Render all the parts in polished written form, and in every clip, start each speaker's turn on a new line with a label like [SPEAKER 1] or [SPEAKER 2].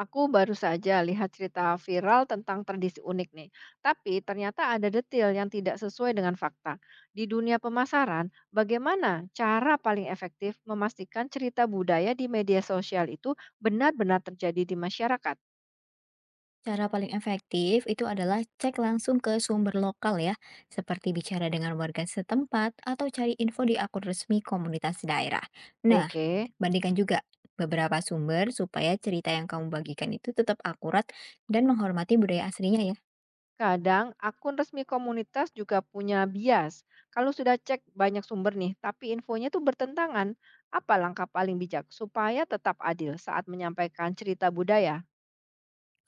[SPEAKER 1] Aku baru saja lihat cerita viral tentang tradisi unik nih, tapi ternyata ada detail yang tidak sesuai dengan fakta. Di dunia pemasaran, bagaimana cara paling efektif memastikan cerita budaya di media sosial itu benar-benar terjadi di masyarakat?
[SPEAKER 2] Cara paling efektif itu adalah cek langsung ke sumber lokal ya, seperti bicara dengan warga setempat atau cari info di akun resmi komunitas daerah. Nah,
[SPEAKER 1] Oke,
[SPEAKER 2] bandingkan juga beberapa sumber supaya cerita yang kamu bagikan itu tetap akurat dan menghormati budaya aslinya ya.
[SPEAKER 1] kadang akun resmi komunitas juga punya bias. Kalau sudah cek banyak sumber nih, tapi infonya tuh bertentangan, apa langkah paling bijak supaya tetap adil saat menyampaikan cerita budaya?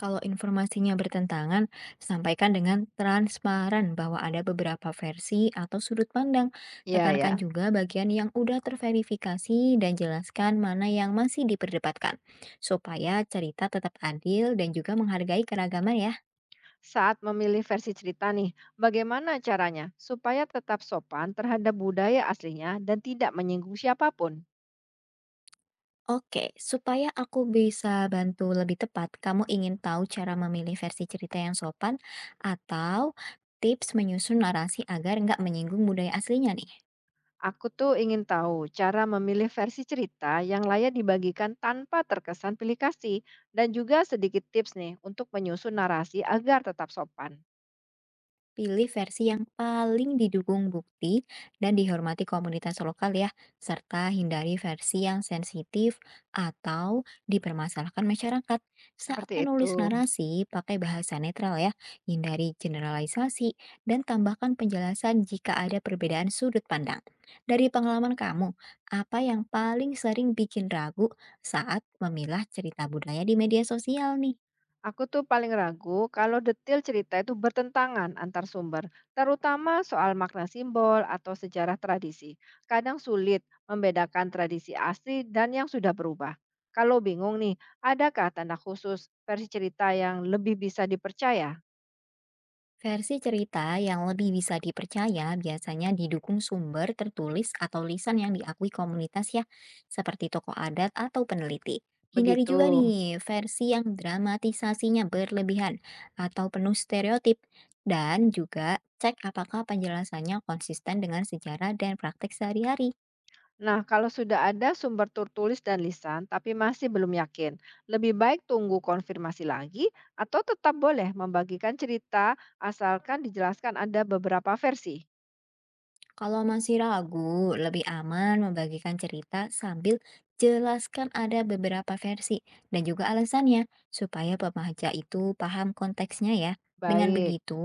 [SPEAKER 2] Kalau informasinya bertentangan, sampaikan dengan transparan bahwa ada beberapa versi atau sudut pandang.
[SPEAKER 1] Ya,
[SPEAKER 2] Tekankan
[SPEAKER 1] ya.
[SPEAKER 2] juga bagian yang udah terverifikasi dan jelaskan mana yang masih diperdebatkan, supaya cerita tetap adil dan juga menghargai keragaman ya.
[SPEAKER 1] Saat memilih versi cerita nih, bagaimana caranya supaya tetap sopan terhadap budaya aslinya dan tidak menyinggung siapapun?
[SPEAKER 2] Oke, supaya aku bisa bantu lebih tepat, kamu ingin tahu cara memilih versi cerita yang sopan atau tips menyusun narasi agar nggak menyinggung budaya aslinya nih?
[SPEAKER 1] Aku tuh ingin tahu cara memilih versi cerita yang layak dibagikan tanpa terkesan pilih kasih dan juga sedikit tips nih untuk menyusun narasi agar tetap sopan.
[SPEAKER 2] Pilih versi yang paling didukung bukti dan dihormati komunitas lokal ya, serta hindari versi yang sensitif atau dipermasalahkan masyarakat. Saat
[SPEAKER 1] Seperti itu.
[SPEAKER 2] menulis narasi, pakai bahasa netral ya, hindari generalisasi dan tambahkan penjelasan jika ada perbedaan sudut pandang. Dari pengalaman kamu, apa yang paling sering bikin ragu saat memilah cerita budaya di media sosial nih?
[SPEAKER 1] Aku tuh paling ragu kalau detail cerita itu bertentangan antar sumber, terutama soal makna simbol atau sejarah tradisi. Kadang sulit membedakan tradisi asli dan yang sudah berubah. Kalau bingung nih, adakah tanda khusus versi cerita yang lebih bisa dipercaya?
[SPEAKER 2] Versi cerita yang lebih bisa dipercaya biasanya didukung sumber tertulis atau lisan yang diakui komunitas ya, seperti tokoh adat atau peneliti. Hindari
[SPEAKER 1] Begitu.
[SPEAKER 2] juga nih versi yang dramatisasinya berlebihan atau penuh stereotip. Dan juga cek apakah penjelasannya konsisten dengan sejarah dan praktek sehari-hari.
[SPEAKER 1] Nah, kalau sudah ada sumber tertulis dan lisan tapi masih belum yakin, lebih baik tunggu konfirmasi lagi atau tetap boleh membagikan cerita asalkan dijelaskan ada beberapa versi.
[SPEAKER 2] Kalau masih ragu, lebih aman membagikan cerita sambil jelaskan ada beberapa versi dan juga alasannya supaya pembaca itu paham konteksnya ya. Dengan
[SPEAKER 1] Baik,
[SPEAKER 2] begitu,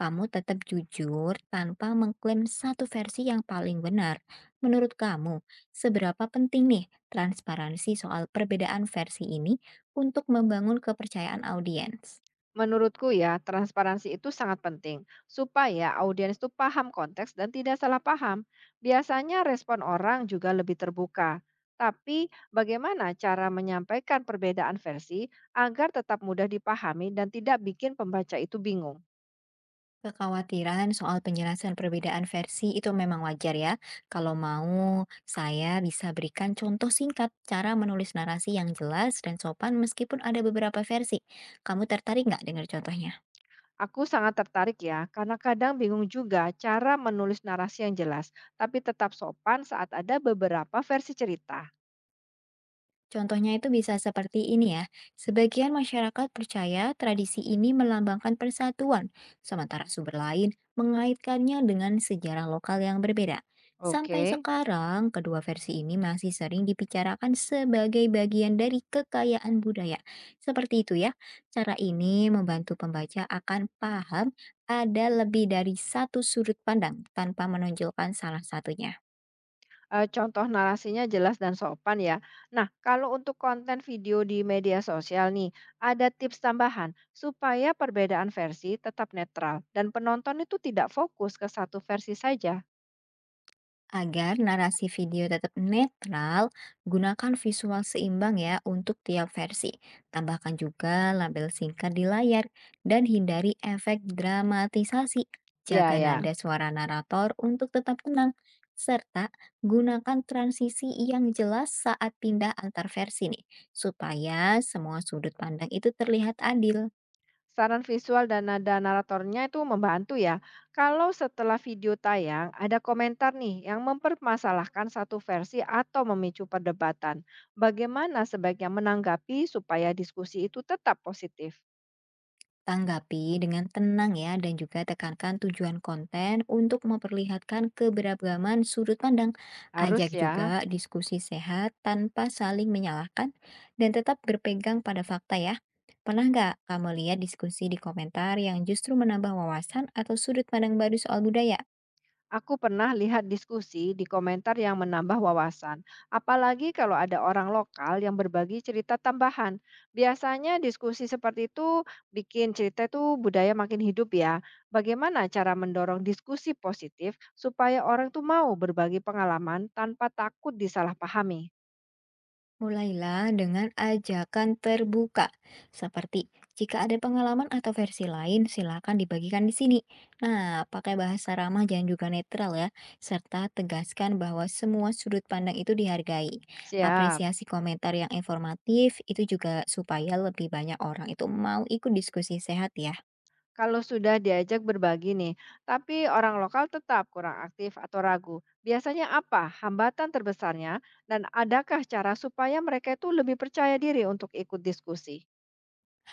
[SPEAKER 2] kamu tetap jujur tanpa mengklaim satu versi yang paling benar. Menurut kamu, seberapa penting nih transparansi soal perbedaan versi ini untuk membangun kepercayaan audiens?
[SPEAKER 1] menurutku ya, transparansi itu sangat penting supaya audiens itu paham konteks dan tidak salah paham. Biasanya respon orang juga lebih terbuka. Tapi bagaimana cara menyampaikan perbedaan versi agar tetap mudah dipahami dan tidak bikin pembaca itu bingung?
[SPEAKER 2] Kekhawatiran soal penjelasan perbedaan versi itu memang wajar ya. Kalau mau, saya bisa berikan contoh singkat cara menulis narasi yang jelas dan sopan meskipun ada beberapa versi. Kamu tertarik nggak dengar contohnya?
[SPEAKER 1] Aku sangat tertarik ya, karena kadang bingung juga cara menulis narasi yang jelas, tapi tetap sopan saat ada beberapa versi cerita.
[SPEAKER 2] Contohnya itu bisa seperti ini ya. Sebagian masyarakat percaya tradisi ini melambangkan persatuan, sementara sumber lain mengaitkannya dengan sejarah lokal yang berbeda. Sampai
[SPEAKER 1] Oke.
[SPEAKER 2] sekarang, kedua versi ini masih sering dibicarakan sebagai bagian dari kekayaan budaya. Seperti itu ya. Cara ini membantu pembaca akan paham ada lebih dari satu sudut pandang tanpa menonjolkan salah satunya.
[SPEAKER 1] Contoh narasinya jelas dan sopan ya. Nah, kalau untuk konten video di media sosial nih, ada tips tambahan supaya perbedaan versi tetap netral dan penonton itu tidak fokus ke satu versi saja?
[SPEAKER 2] Agar narasi video tetap netral, gunakan visual seimbang ya untuk tiap versi. Tambahkan juga label singkat di layar dan hindari efek dramatisasi.
[SPEAKER 1] Ya,
[SPEAKER 2] Jaga
[SPEAKER 1] ya.
[SPEAKER 2] nada suara narator untuk tetap tenang, serta gunakan transisi yang jelas saat pindah antar versi nih, supaya semua sudut pandang itu terlihat adil.
[SPEAKER 1] Saran visual dan nada naratornya itu membantu ya. Kalau setelah video tayang ada komentar nih yang mempermasalahkan satu versi atau memicu perdebatan, bagaimana sebaiknya menanggapi supaya diskusi itu tetap positif?
[SPEAKER 2] Tanggapi dengan tenang ya dan juga tekankan tujuan konten untuk memperlihatkan keberagaman sudut pandang.
[SPEAKER 1] Harus
[SPEAKER 2] Ajak
[SPEAKER 1] ya.
[SPEAKER 2] juga diskusi sehat tanpa saling menyalahkan dan tetap berpegang pada fakta ya. Pernah nggak kamu lihat diskusi di komentar yang justru menambah wawasan atau sudut pandang baru soal budaya?
[SPEAKER 1] Aku pernah lihat diskusi di komentar yang menambah wawasan, apalagi kalau ada orang lokal yang berbagi cerita tambahan. Biasanya diskusi seperti itu bikin cerita itu budaya makin hidup ya. Bagaimana cara mendorong diskusi positif supaya orang tuh mau berbagi pengalaman tanpa takut disalahpahami?
[SPEAKER 2] Mulailah dengan ajakan terbuka, seperti jika ada pengalaman atau versi lain, silakan dibagikan di sini. Nah, pakai bahasa ramah dan juga netral ya, serta tegaskan bahwa semua sudut pandang itu dihargai.
[SPEAKER 1] Siap.
[SPEAKER 2] Apresiasi komentar yang informatif itu juga supaya lebih banyak orang itu mau ikut diskusi sehat ya.
[SPEAKER 1] Kalau sudah diajak berbagi nih, tapi orang lokal tetap kurang aktif atau ragu. Biasanya apa hambatan terbesarnya dan adakah cara supaya mereka itu lebih percaya diri untuk ikut diskusi?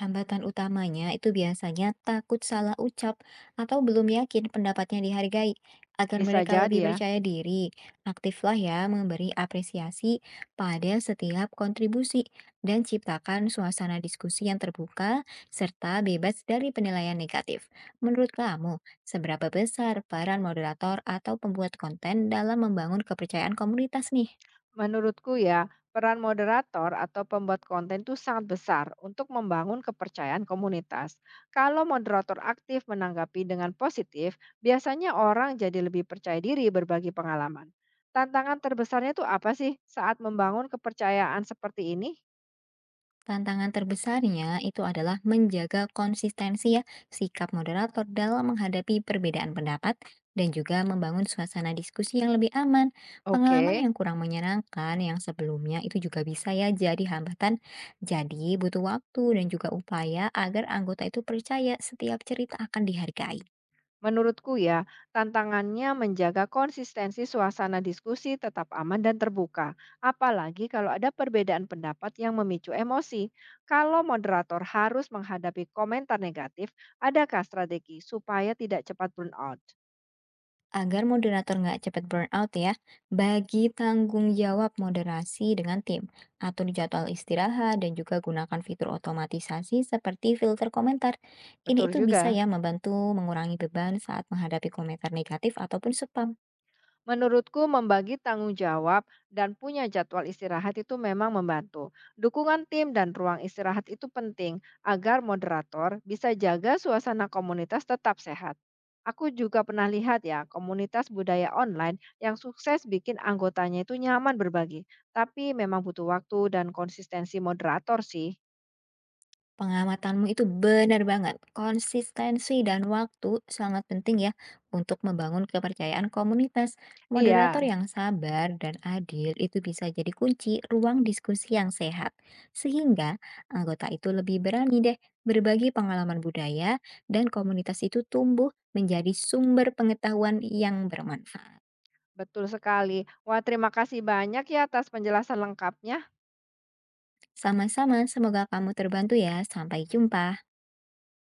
[SPEAKER 2] Hambatan utamanya itu biasanya takut salah ucap atau belum yakin pendapatnya dihargai. Agar
[SPEAKER 1] Bisa
[SPEAKER 2] mereka
[SPEAKER 1] jadi
[SPEAKER 2] lebih
[SPEAKER 1] ya.
[SPEAKER 2] percaya diri, aktiflah ya memberi apresiasi pada setiap kontribusi dan ciptakan suasana diskusi yang terbuka serta bebas dari penilaian negatif. Menurut kamu, seberapa besar peran moderator atau pembuat konten dalam membangun kepercayaan komunitas nih?
[SPEAKER 1] Menurutku ya, peran moderator atau pembuat konten itu sangat besar untuk membangun kepercayaan komunitas. Kalau moderator aktif menanggapi dengan positif, biasanya orang jadi lebih percaya diri berbagi pengalaman. Tantangan terbesarnya itu apa sih saat membangun kepercayaan seperti ini?
[SPEAKER 2] Tantangan terbesarnya itu adalah menjaga konsistensi ya sikap moderator dalam menghadapi perbedaan pendapat dan juga membangun suasana diskusi yang lebih aman. Pengalaman
[SPEAKER 1] Oke.
[SPEAKER 2] yang kurang menyenangkan yang sebelumnya itu juga bisa ya jadi hambatan. Jadi butuh waktu dan juga upaya agar anggota itu percaya setiap cerita akan dihargai.
[SPEAKER 1] Menurutku ya, tantangannya menjaga konsistensi suasana diskusi tetap aman dan terbuka, apalagi kalau ada perbedaan pendapat yang memicu emosi. Kalau moderator harus menghadapi komentar negatif, adakah strategi supaya tidak cepat burn out?
[SPEAKER 2] Agar moderator nggak cepat burnout ya, bagi tanggung jawab moderasi dengan tim, atur jadwal istirahat, dan juga gunakan fitur otomatisasi seperti filter komentar. Ini
[SPEAKER 1] Betul
[SPEAKER 2] itu bisa
[SPEAKER 1] juga.
[SPEAKER 2] ya membantu mengurangi beban saat menghadapi komentar negatif ataupun spam.
[SPEAKER 1] Menurutku membagi tanggung jawab dan punya jadwal istirahat itu memang membantu. Dukungan tim dan ruang istirahat itu penting agar moderator bisa jaga suasana komunitas tetap sehat. Aku juga pernah lihat ya, komunitas budaya online yang sukses bikin anggotanya itu nyaman berbagi. Tapi memang butuh waktu dan konsistensi moderator sih.
[SPEAKER 2] Pengamatanmu itu benar banget. Konsistensi dan waktu sangat penting ya untuk membangun kepercayaan komunitas. Moderator
[SPEAKER 1] Iya,
[SPEAKER 2] yang sabar dan adil itu bisa jadi kunci ruang diskusi yang sehat. Sehingga anggota itu lebih berani deh berbagi pengalaman budaya dan komunitas itu tumbuh menjadi sumber pengetahuan yang bermanfaat.
[SPEAKER 1] betul sekali. Wah, terima kasih banyak ya atas penjelasan lengkapnya.
[SPEAKER 2] Sama-sama, semoga kamu terbantu ya. Sampai jumpa.